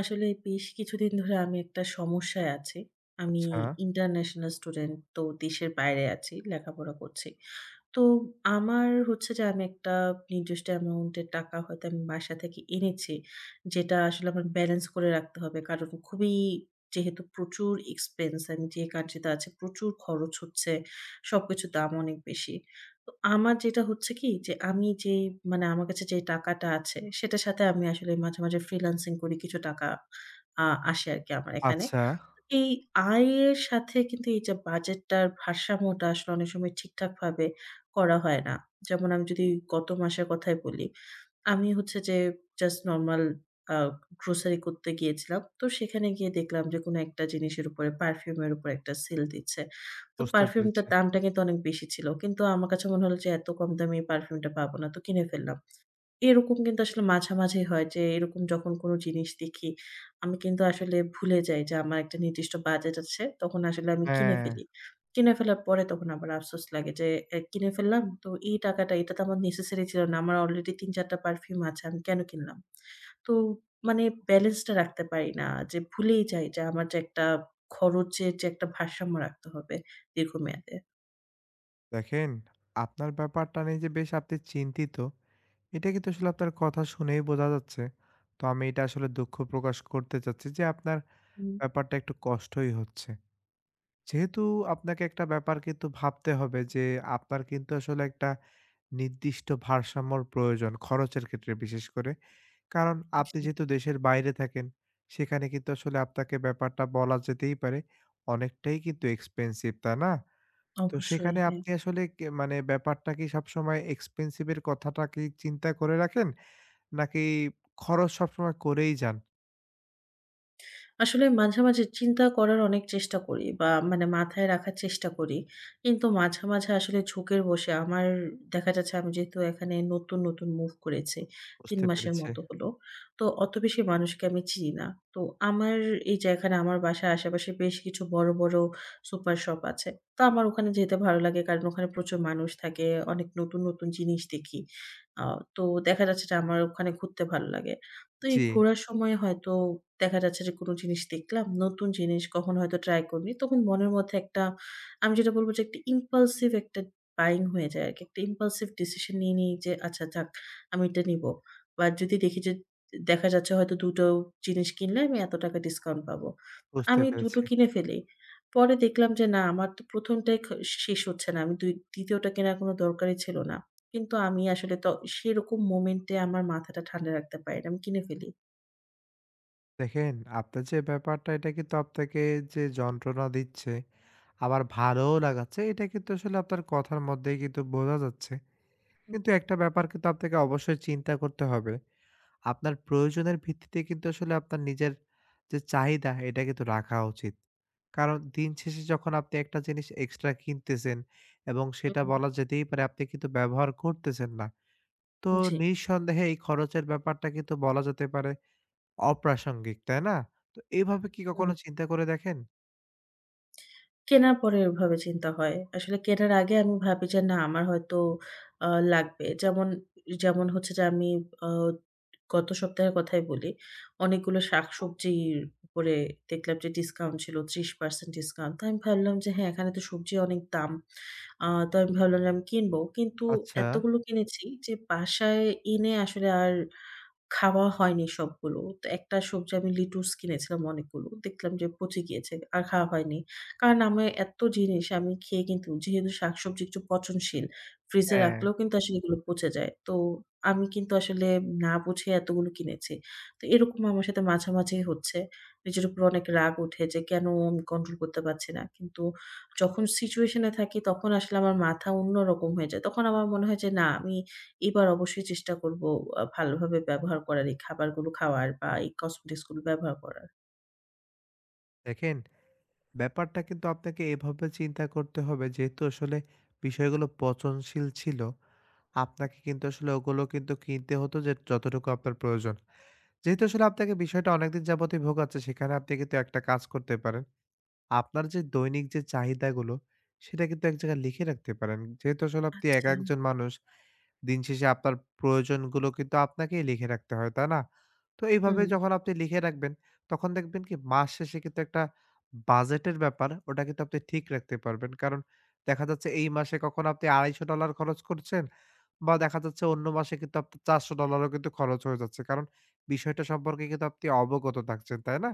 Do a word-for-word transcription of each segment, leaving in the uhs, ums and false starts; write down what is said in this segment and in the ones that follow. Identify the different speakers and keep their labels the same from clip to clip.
Speaker 1: আসলে বেশ কিছুদিন ধরে আমি একটা সমস্যায় আছি। আমি
Speaker 2: আচ্ছা,
Speaker 1: ইন্টারন্যাশনাল স্টুডেন্ট, তো দেশের বাইরে আছি, লেখাপড়া করছি। তো আমার হচ্ছে যে আমি একটা নির্দিষ্ট অ্যামাউন্টের টাকা হয়তো আমি বাসা থেকে এনেছি, যেটা আসলে আমার ব্যালেন্স করে রাখতে হবে। কারণ খুবই যেহেতু প্রচুর এক্সপেন্স আমি যে কান্ট্রিতে আছি প্রচুর খরচ হচ্ছে, সবকিছুর দাম অনেক বেশি। তো আমার যেটা হচ্ছে কি যে আমি যেই মানে আমার কাছে যে টাকাটা আছে সেটার সাথে আমি আসলে মাঝে, মাঝে ফ্রিল্যান্সিং করি। কিছু টাকা আ আসে আরকি আমার এখানে।
Speaker 2: আচ্ছা।
Speaker 1: এই আয়ের সাথে কিন্তু এই যে বাজেটটার ভারসাম্যটা আসলে অনেক সময় ঠিকঠাকভাবে করা হয় না। যেমন আমি যদি গত মাসের কথাই বলি। আমি হচ্ছে যে জাস্ট নরমাল আ গ্রোসারি করতে গিয়েছিলাম। তো সেখানে গিয়ে দেখলাম যে কোন একটা জিনিসের উপরে পারফিউম এর উপরে একটা সেল দিচ্ছে। তো
Speaker 2: বুঝতে পেরেছি।
Speaker 1: পারফিউমটার দামটা কিন্তু অনেক বেশি ছিল। কিন্তু আমার কাছে মনে হলো যে এত কম দামে এই পারফিউমটা পাবো না। তো কিনে ফেললাম। এরকম কিন্তু আসলে মাঝামাঝি হয় যে এরকম যখন কোনো জিনিস দেখি, আমি কিন্তু আসলে ভুলে যাই যে আমার একটা নির্দিষ্ট বাজেট আছে। তখন আসলে আমি কিনে
Speaker 2: হ্যাঁ,
Speaker 1: ফেলি। কিনে ফেলার পরে তখন আবার আফসোস লাগে যে এ কিনে ফেললাম। তো এই টাকাটা এটা তো আমার নেসেসারি ছিল না। আমার অলরেডি তিন চার টা পারফিউম আছে। আমি কেন কিনলাম? তো মানে ব্যালেন্সটা রাখতে পারি না। যে ভুলেই যাই যে আমার যে একটা খরচের যে একটা ভারসাম্য রাখতে হবে দীর্ঘমেয়াদে।
Speaker 2: দেখেন আপনার ব্যাপারটা নিয়ে যে বেশ আপনি চিন্তিত, এটা কিন্তু আসলে আপনার কথা শুনেই বোঝা যাচ্ছে। তো আমি এটা আসলে দুঃখ প্রকাশ করতে চাচ্ছি যে আপনার
Speaker 1: হুম,
Speaker 2: ব্যাপারটা একটু কষ্টই হচ্ছে। যেহেতু আপনাকে একটা ব্যাপার কিন্তু ভাবতে হবে যে আপনার কিন্তু আসলে একটা নির্দিষ্ট ভারসাম্যর প্রয়োজন খরচের ক্ষেত্রে বিশেষ করে। কারণ আপনি
Speaker 1: জি।
Speaker 2: যেহেতু দেশের বাইরে থাকেন, সেখানে কিন্তু আসলে আপনাকে ব্যাপারটা বলা যেতেই পারে অনেকটাই কিন্তু এক্সপেনসিভ, তাই না? তো
Speaker 1: অবশ্যই
Speaker 2: সেখানে
Speaker 1: হ্যাঁ।
Speaker 2: আপনি আসলে কে মানে ব্যাপারটা কি সবসময় এক্সপেনসিভ এর কথাটা কি চিন্তা করে রাখেন? নাকি খরচ সবসময় করেই যান?
Speaker 1: আসলে মাঝে, মাঝে চিন্তা করার অনেক চেষ্টা করি বা মানে মাথায় রাখার চেষ্টা করি। কিন্তু মাঝে, মাঝে আসলে ঝোঁকের বশে আমার দেখা যাচ্ছে আমি যেহেতু এখানে নতুন, নতুন মুভ করেছি। তিন
Speaker 2: বুঝতে
Speaker 1: মাসের
Speaker 2: পেরেছি।
Speaker 1: মতো হলো। তো অত বেশি মানুষকে আমি চিনি না। তো আমার এই যে এখানে আমার বাসার আশেপাশে বেশ কিছু বড়, বড় সুপার শপ আছে। তো আমার ওখানে যেতে ভালো লাগে কারণ ওখানে প্রচুর মানুষ থাকে। অনেক নতুন, নতুন জিনিস দেখি। আ তো দেখা যাচ্ছে যে আমার ওখানে ঘুরতে ভালো লাগে। তো এই
Speaker 2: জি,
Speaker 1: ঘোরার সময় হয়তো দেখা যাচ্ছে যে কোনো জিনিস দেখলাম, নতুন জিনিস কখনো হয়তো ট্রাই করিনি। তখন মনের মধ্যে একটা আমি যেটা বলব যে একটা impulsive একটা buying হয়ে যায় আরকি। একটা impulsive decision নিয়ে নিই যে আচ্ছা যাক আমি এটা নিবো। বা যদি দেখি যে দেখা যাচ্ছে হয়তো দুই টো জিনিস কিনলে আমি এত টাকা ডিসকাউন্ট পাবো।
Speaker 2: বুঝতে
Speaker 1: আমি দুই টো
Speaker 2: পেরেছি।
Speaker 1: কিনে ফেলি। পরে দেখলাম যে না আমার তো প্রথম টাই খ শেষ হচ্ছে না। আমি দুই তৃতীয় টা কেনার কোনো দরকারই ছিল না। কিন্তু আমি আসলে তো সেরকম মোমেন্টে আমার মাথাটা ঠান্ডা রাখতে পারি না। আমি কিনে ফেলি।
Speaker 2: দেখেন আপনার যে ব্যাপারটা এটা কিন্তু আপনাকে যে যন্ত্রণা দিচ্ছে, আবার ভালোও লাগাচ্ছে এটা কিন্তু আসলে আপনার কথার মধ্যেই কিন্তু বোঝা যাচ্ছে।
Speaker 1: হুম,
Speaker 2: কিন্তু একটা ব্যাপার কিন্তু আপনাকে অবশ্যই চিন্তা করতে হবে। আপনার প্রয়োজনের ভিত্তিতে কিন্তু আসলে আপনার নিজের যে চাহিদা এটা কিন্তু রাখা উচিত। কারণ দিন শেষে যখন আপনি একটা জিনিস এক্সট্রা কিনতেছেন এবং সেটা
Speaker 1: হুম।
Speaker 2: বলা যেতেই পারে আপনি কিন্তু ব্যবহার করতেছেন না। তো
Speaker 1: জি।
Speaker 2: নিঃসন্দেহে এই খরচের ব্যাপারটা কিন্তু বলা যেতে পারে অপ্রাসঙ্গিক, তাই না? তো এভাবে কি
Speaker 1: হুম।
Speaker 2: কখনো চিন্তা করে দেখেন?
Speaker 1: কেনার পরে ওভাবে চিন্তা হয়। আসলে কেনার আগে আমি ভাবি যে না আমার হয়তো আ লাগবে। যেমন যেমন হচ্ছে যে আমি আ গত সপ্তাহের কথাই বলি। অনেকগুলো শাকসবজির উপরে দেখলাম যে ডিসকাউন্ট ছিল ত্রিশ পার্সেন্ট ডিসকাউন্ট। তো আমি ভাবলাম যে হ্যাঁ, এখানে তো সবজির অনেক দাম। আ তো আমি ভাবলাম যে আমি কিনবো। কিন্তু
Speaker 2: আচ্ছা।
Speaker 1: এতগুলো কিনেছি যে বাসায় এনে আসলে আর খাওয়া হয়নি সবগুলো। তো একটা সবজি আমি লেটুস কিনেছিলাম অনেকগুলো। দেখলাম যে পচে গিয়েছে। আর খাওয়া হয়নি। কারণ আমার এত জিনিস আমি খেয়ে কিন্তু যেহেতু শাকসবজি একটু পচনশীল, ফ্রিজে
Speaker 2: হ্যাঁ,
Speaker 1: রাখলেও কিন্তু আসলে এগুলো পচে যায়। তো আমি কিন্তু আসলে না বুঝে এতগুলো কিনেছি। তো এরকম আমার সাথে মাঝামাঝিই হচ্ছে। নিজের উপর অনেক রাগ উঠে যে কেন আমি কন্ট্রোল করতে পারছি না। কিন্তু যখন সিচুয়েশন এ থাকি তখন আসলে আমার মাথা অন্যরকম হয়ে যায়। তখন আমার মনে হয় যে না আমি এবার অবশ্যই চেষ্টা করব আ ভালোভাবে ব্যবহার করার, এই খাবারগুলো খাওয়ার বা এই কসমেটিক্স গুলো ব্যবহার করার।
Speaker 2: দেখেন ব্যাপারটা কিন্তু আপনাকে এভাবে চিন্তা করতে হবে যেহেতু আসলে বিষয়গুলো পচনশীল ছিল, আপনাকে কিন্তু আসলে ওগুলো কিন্তু কিনতে হতো যে যতটুকু আপনার প্রয়োজন। যেহেতু আসলে আপনাকে বিষয়টা অনেকদিন যাবতই ভোগাচ্ছে সেখানে আপনি কিন্তু একটা কাজ করতে পারেন। আপনার যে দৈনিক যে চাহিদাগুলো সেটা কিন্তু এক জায়গায় লিখে রাখতে পারেন। যেহেতু আসলে আপনি একা
Speaker 1: আচ্ছা।
Speaker 2: একজন মানুষ দিন শেষে আপনার প্রয়োজনগুলো কিন্তু আপনাকেই লিখে রাখতে হয়, তাই না? তো এইভাবে
Speaker 1: হুম,
Speaker 2: যখন আপনি লিখে রাখবেন, তখন দেখবেন কি মাস শেষে কিন্তু একটা বাজেটের ব্যাপার, ওটা কিন্তু আপনি ঠিক রাখতে পারবেন। কারণ দেখা যাচ্ছে এই মাসে কখনো আপনি $২৫০ খরচ করছেন বা দেখা যাচ্ছে অন্য মাসে কিন্তু আপনার $৪০০ ও কিন্তু খরচ হয়ে যাচ্ছে। কারণ বিষয়টা সম্পর্কে কিন্তু আপনি অবগত থাকছেন, তাই না?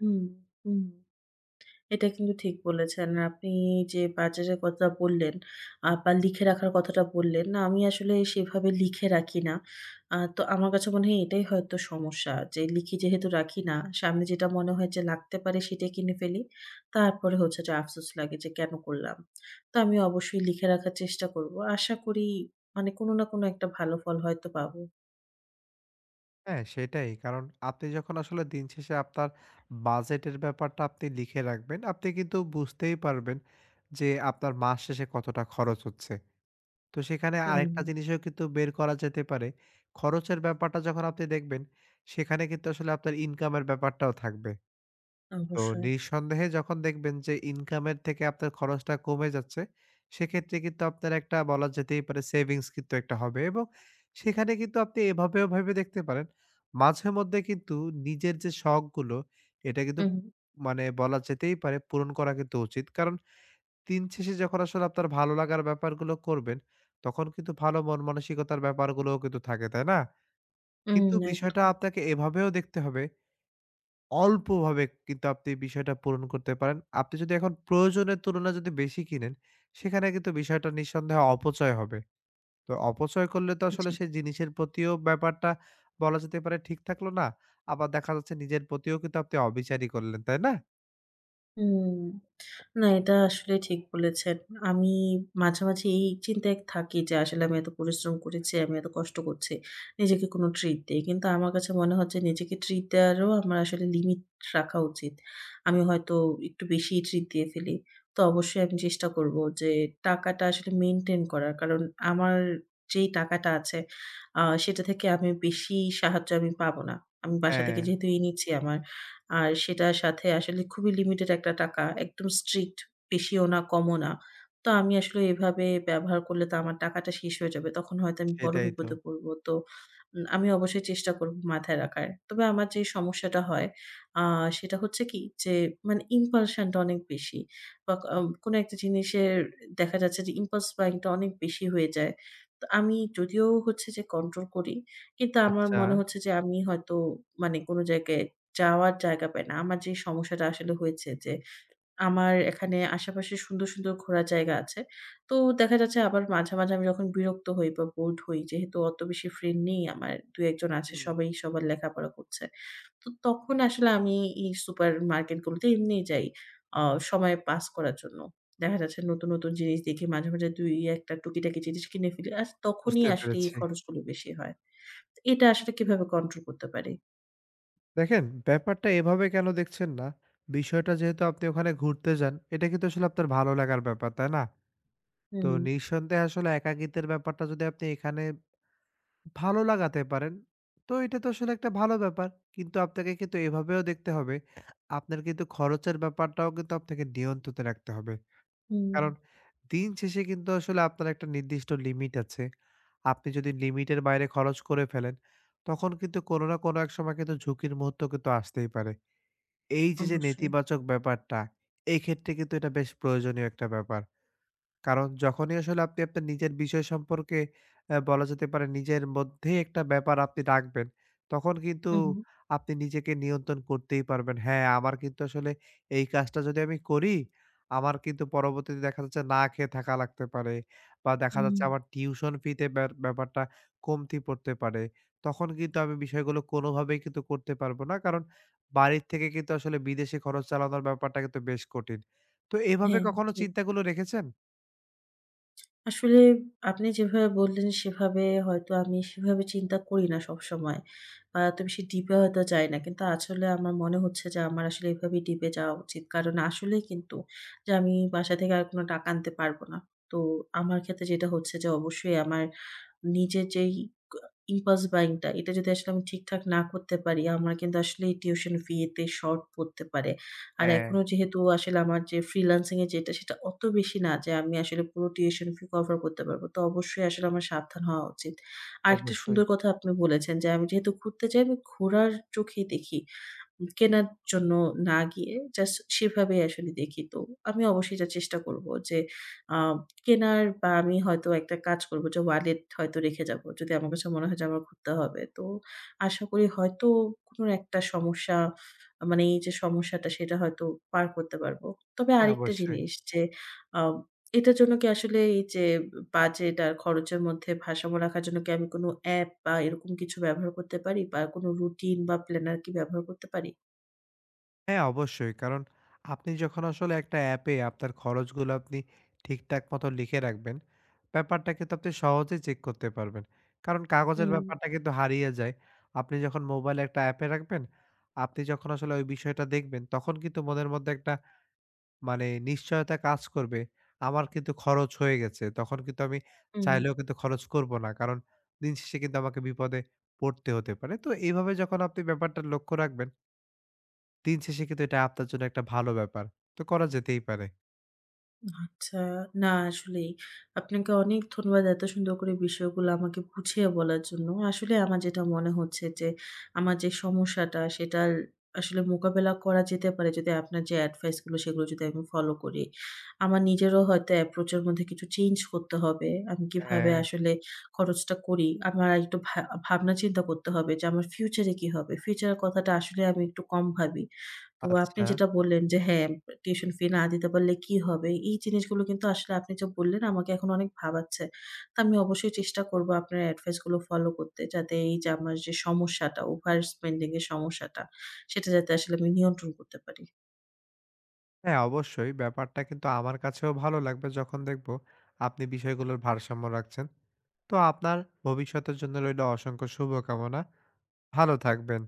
Speaker 1: হুম, হুম। এটা কিন্তু ঠিক বলেছেন। আপনি যে বাজারের কথা বললেন আ বা লিখে রাখার কথাটা বললেন, না আমি আসলে সেভাবে লিখে রাখি না। আ তো আমার কাছে মনে হয় এটাই হয়তো সমস্যা যে লিখে যেহেতু রাখি না, সামনে যেটা মনে হয় যে লাগতে পারে সেটাই কিনে ফেলি। তারপরে হচ্ছে যে আফসোস লাগে যে কেন করলাম? তো আমি অবশ্যই লিখে রাখার চেষ্টা করব। আশা করি মানে কোনো না কোনো একটা ভালো ফল হয়তো পাবো।
Speaker 2: হ্যাঁ, সেটাই। কারণ আপনি যখন আসলে দিন শেষে আপনার বাজেটের ব্যাপারটা আপনি লিখে রাখবেন, আপনি কিন্তু বুঝতেই পারবেন যে আপনার মাস শেষে কতটা খরচ হচ্ছে। তো সেখানে
Speaker 1: হুম,
Speaker 2: আরেকটা জিনিসও কিন্তু বের করা যেতে পারে। খরচের ব্যাপারটা যখন আপনি দেখবেন, সেখানে কিন্তু আসলে আপনার ইনকামের ব্যাপারটাও থাকবে। তো
Speaker 1: অবশ্যই।
Speaker 2: নিঃসন্দেহে যখন দেখবেন যে ইনকামের থেকে আপনার খরচটা কমে যাচ্ছে, সেক্ষেত্রে কিন্তু আপনার একটা বলা যেতেই পারে সেভিংস কিন্তু একটা হবে এবং সেখানে কিন্তু আপনি এভাবেও ভেবে দেখতে পারেন। মাঝেমধ্যে কিন্তু নিজের যে শখগুলো, এটা কিন্তু
Speaker 1: উম,
Speaker 2: মানে বলা যেতেই পারে পূরণ করা কিন্তু উচিত। কারণ দিন শেষে যখন আসলে আপনার ভালো লাগার ব্যাপারগুলো করবেন, তখন কিন্তু ভালো মন মানসিকতার ব্যাপারগুলোও কিন্তু থাকে, তাই না? কিন্তু
Speaker 1: উম
Speaker 2: বিষয়টা
Speaker 1: একদম।
Speaker 2: আপনাকে এভাবেও দেখতে হবে অল্পভাবে কিন্তু আপনি বিষয়টা পূরণ করতে পারেন। আপনি যদি এখন প্রয়োজনের তুলনায় যদি বেশি কিনেন, সেখানে কিন্তু বিষয়টা নিঃসন্দেহে অপচয় হবে। তো অপচয় করলে তো আসলে
Speaker 1: জি।
Speaker 2: সেই জিনিসের প্রতিও ব্যাপারটা বলা যেতে পারে ঠিক থাকলো না। আবার দেখা যাচ্ছে নিজের প্রতিও কিন্তু আপনি অবিচারই করলেন, তাই না?
Speaker 1: হুম। না, এটা আসলে ঠিক বলেছেন। আমি মাঝে, মাঝে এই চিন্তায় থাকি যে আসলে আমি এত পরিশ্রম করেছি, আমি এত কষ্ট করছি। নিজেকে কোনো ট্রিট দেই। কিন্তু আমার কাছে মনে হচ্ছে নিজেকে ট্রিট দেওয়ারও আমার আসলে লিমিট রাখা উচিত। আমি হয়তো একটু বেশিই ট্রিট দিয়ে ফেলি। তো অবশ্যই আমি চেষ্টা করব যে টাকাটা আসলে মেইনটেইন করার। কারণ আমার যেই টাকাটা আছে আ সেটা থেকে আমি বেশি সাহায্য আমি পাবো না। আমি বাসা
Speaker 2: হ্যাঁ,
Speaker 1: থেকে যেহেতু এই নিচ্ছি আমার আর সেটার সাথে আসলে খুবই লিমিটেড একটা টাকা। একদম স্ট্রিক্ট, বেশিও না, কমও না। তো আমি আসলে এভাবে ব্যবহার করলে তো আমার টাকাটা শেষ হয়ে যাবে। তখন হয়তো আমি বড়
Speaker 2: সেটাই তো।
Speaker 1: বিপদে পড়ব। তো উম আমি অবশ্যই চেষ্টা করব মাথায় রাখার। তবে আমার যে সমস্যাটা হয় আ সেটা হচ্ছে কি যে মানে ইমপালশন টা অনেক বেশি। বা ক আম, কোনো একটা জিনিসের দেখা যাচ্ছে যে impulse buying টা অনেক বেশি হয়ে যায়। তো আমি যদিও হচ্ছে যে কন্ট্রোল করি, কিন্তু আমার
Speaker 2: আচ্ছা,
Speaker 1: মনে হচ্ছে যে আমি হয়তো মানে কোনো জায়গায় যাওয়ার জায়গা পাই না। আমার যে সমস্যাটা আসলে হয়েছে যে আমার এখানে আশেপাশে সুন্দর, সুন্দর ঘোরার জায়গা আছে। তো দেখা যাচ্ছে আবার মাঝে, মাঝে আমি যখন বিরক্ত হই বা বোরড হই যেহেতু অত বেশি ফ্রেন্ড নেই আমার দুই এক জন আছে
Speaker 2: হুম,
Speaker 1: সবাই সবার লেখাপড়া করছে। তো তখন আসলে আমি এই সুপার মার্কেটগুলোতে এমনিই যাই আ সময় পাস করার জন্য। দেখা যাচ্ছে নতুন, নতুন জিনিস দেখি মাঝে, মাঝে দুই এক টা টুকিটাকি জিনিস কিনে ফেলি। আর তখনই
Speaker 2: বুঝতে
Speaker 1: আসলে এই
Speaker 2: পেরেছি।
Speaker 1: খরচগুলো বেশি হয়। এটা আসলে কিভাবে কন্ট্রোল করতে পারি?
Speaker 2: দেখেন ব্যাপারটা এভাবে কেন দেখছেন না? বিষয়টা যেহেতু আপনি ওখানে ঘুরতে যান, এটা কিন্তু আসলে আপনার ভালো লাগার ব্যাপার, তাই না? তো
Speaker 1: হুম,
Speaker 2: নিঃসন্দেহে আসলে একাকিত্বের ব্যাপারটা যদি আপনি এখানে ভালো লাগাতে পারেন, তো এটা তো আসলে একটা ভালো ব্যাপার। কিন্তু আপনাকে কিন্তু এভাবেও দেখতে হবে, আপনার কিন্তু খরচের ব্যাপারটাও কিন্তু আপনাকে নিয়ন্ত্রণে রাখতে হবে।
Speaker 1: হুম,
Speaker 2: কারণ দিন শেষে কিন্তু আসলে আপনার একটা নির্দিষ্ট লিমিট আছে। আপনি যদি লিমিটের বাইরে খরচ করে ফেলেন, তখন কিন্তু কোনো না কোনো এক সময় কিন্তু ঝুঁকির মুহূর্ত কিন্তু আসতেই পারে। এই যে, যে
Speaker 1: অবশ্যই।
Speaker 2: নেতিবাচক ব্যাপারটা, এই ক্ষেত্রে কিন্তু এটা বেশ প্রয়োজনীয় একটা ব্যাপার। কারণ যখনই আসলে আপনি আপনার নিজের বিষয় সম্পর্কে আ বলা যেতে পারে নিজের মধ্যেই একটা ব্যাপার আপনি রাখবেন, তখন কিন্তু
Speaker 1: হুম, হুম,
Speaker 2: আপনি নিজেকে নিয়ন্ত্রণ করতেই পারবেন। হ্যাঁ, আমার কিন্তু আসলে এই কাজটা যদি আমি করি, আমার কিন্তু পরবর্তীতে দেখা যাচ্ছে না খেয়ে থাকা লাগতে পারে বা দেখা
Speaker 1: হুম,
Speaker 2: যাচ্ছে আমার টিউশন ফিতে ব্যার ব্যাপারটা কমতি পড়তে পারে। তখন কিন্তু আমি বিষয়গুলো কোনোভাবেই কিন্তু করতে পারবো না। কারণ বাড়ির থেকে কিন্তু আসলে বিদেশে খরচ চালানোর ব্যাপারটা কিন্তু বেশ কঠিন। তো এভাবে
Speaker 1: হ্যাঁ,
Speaker 2: কখনো
Speaker 1: ঠিক।
Speaker 2: চিন্তাগুলো রেখেছেন?
Speaker 1: আসলে আপনি যেভাবে বললেন সেভাবে হয়তো আমি সেভাবে চিন্তা করি না সবসময়। বা এত বেশি ডিপে হয়তো যাই না। কিন্তু আসলে আমার মনে হচ্ছে যে আমার আসলে এভাবেই ডিপে যাওয়া উচিত। কারণ আসলেই কিন্তু যে আমি বাসা থেকে আর কোনো টাকা আনতে পারব না। তো আমার ক্ষেত্রে যেটা হচ্ছে যে অবশ্যই আমার নিজের যেই কা impulse buying টা এটা যদি আসলে আমি ঠিকঠাক না করতে পারি, আমার কিন্তু আসলে টিউশন ফি তে শর্ট পড়তে পারে। আর
Speaker 2: হ্যাঁ,
Speaker 1: এখনো যেহেতু আসলে আমার যে ফ্রিল্যান্সিং এর যেটা সেটা অত বেশি না যে আমি আসলে পুরো টিউশন ফি কভার করতে পারব। তো অবশ্যই আসলে আমার সাবধান হওয়া উচিত। আরেকটা
Speaker 2: অবশ্যই।
Speaker 1: সুন্দর কথা আপনি বলেছেন যে আমি যেহেতু ঘুরতে যাই আমি ঘোরার চোখেই দেখি। কেনার জন্য না গিয়ে জাস্ট সেভাবে আসলে দেখি। তো আমি অবশ্যই এটা চেষ্টা করব যে আ কেনার বা আমি হয়তো একটা কাজ করব যে ওয়ালেট হয়তো রেখে যাব। যদি আমার কাছে মনে হয় যে আমার ঘুরতে হবে। তো আশা করি হয়তো কোনো একটা সমস্যা মানে এই যে সমস্যাটা সেটা হয়তো পার করতে পারব। তবে
Speaker 2: হ্যাঁ,
Speaker 1: আরেকটা
Speaker 2: অবশ্যই।
Speaker 1: জিনিস যে আ এটার জন্য কি আসলে এই যে বাজেট আর খরচের মধ্যে ভারসাম্য রাখার জন্য কি আমি কোনো অ্যাপ বা এরকম কিছু ব্যবহার করতে পারি বা কোনো রুটিন বা প্ল্যানার কি ব্যবহার করতে পারি?
Speaker 2: হ্যাঁ, অবশ্যই। কারণ আপনি যখন আসলে একটা অ্যাপে আপনার খরচগুলো আপনি ঠিকঠাক মতো লিখে রাখবেন, ব্যাপারটা কিন্তু আপনি সহজেই চেক করতে পারবেন। কারণ কাগজের
Speaker 1: হুম,
Speaker 2: ব্যাপারটা কিন্তু হারিয়ে যায়। আপনি যখন মোবাইলে একটা অ্যাপে রাখবেন, আপনি যখন আসলে ওই বিষয়টা দেখবেন, তখন কিন্তু মনের মধ্যে একটা মানে নিশ্চয়তা কাজ করবে। আমার কিন্তু খরচ হয়ে গেছে। তখন কিন্তু আমি
Speaker 1: হুম।
Speaker 2: চাইলেও কিন্তু খরচ করব না। কারণ দিন শেষে কিন্তু আমাকে বিপদে পড়তে হতে পারে। তো এইভাবে যখন আপনি ব্যাপারটা লক্ষ্য রাখবেন, দিন শেষে কিন্তু এটা আপনার জন্য একটা ভালো ব্যাপার। তো করা যেতেই পারে।
Speaker 1: আচ্ছা। না আসলেই। আপনাকে অনেক ধন্যবাদ এত সুন্দর করে বিষয়গুলো আমাকে বুঝিয়ে বলার জন্য। আসলে আমার যেটা মনে হচ্ছে যে, আমার যে সমস্যাটা সেটার আসলে মোকাবেলা করা যেতে পারে যদি আপনার যে অ্যাডভাইস গুলো সেগুলো যদি আমি ফলো করি। আমার নিজেরও হয়তো অ্যাপ্রোচ এর মধ্যে কিছু চেঞ্জ করতে হবে। আমি কিভাবে
Speaker 2: হ্যাঁ।
Speaker 1: আসলে খরচটা করি। আমার একটু ভা ভাবনা চিন্তা করতে হবে যে আমার ফিউচার এ কি হবে? ফিউচার এর কথাটা আসলে আমি একটু কম ভাবি। তো আপনি
Speaker 2: আচ্ছা।
Speaker 1: যেটা বললেন যে হ্যাঁ, টিউশন ফি না দিতে পারলে কি হবে? এই জিনিসগুলো কিন্তু আসলে আপনি যা বললেন আমাকে এখন অনেক ভাবাচ্ছে। তো আমি অবশ্যই চেষ্টা করব আপনার এডভাইস গুলো ফলো করতে যাতে এই যে আমার যে সমস্যাটা, ওভার স্পেন্ডিং এর সমস্যাটা সেটা যাতে আসলে আমি নিয়ন্ত্রণ করতে পারি।
Speaker 2: হ্যাঁ, অবশ্যই ব্যাপারটা কিন্তু আমার কাছেও ভালো লাগবে যখন দেখব আপনি বিষয়গুলোর ভারসাম্য রাখছেন। তো আপনার ভবিষ্যতের জন্য রইল অসংখ্য শুভকামনা। ভালো থাকবেন।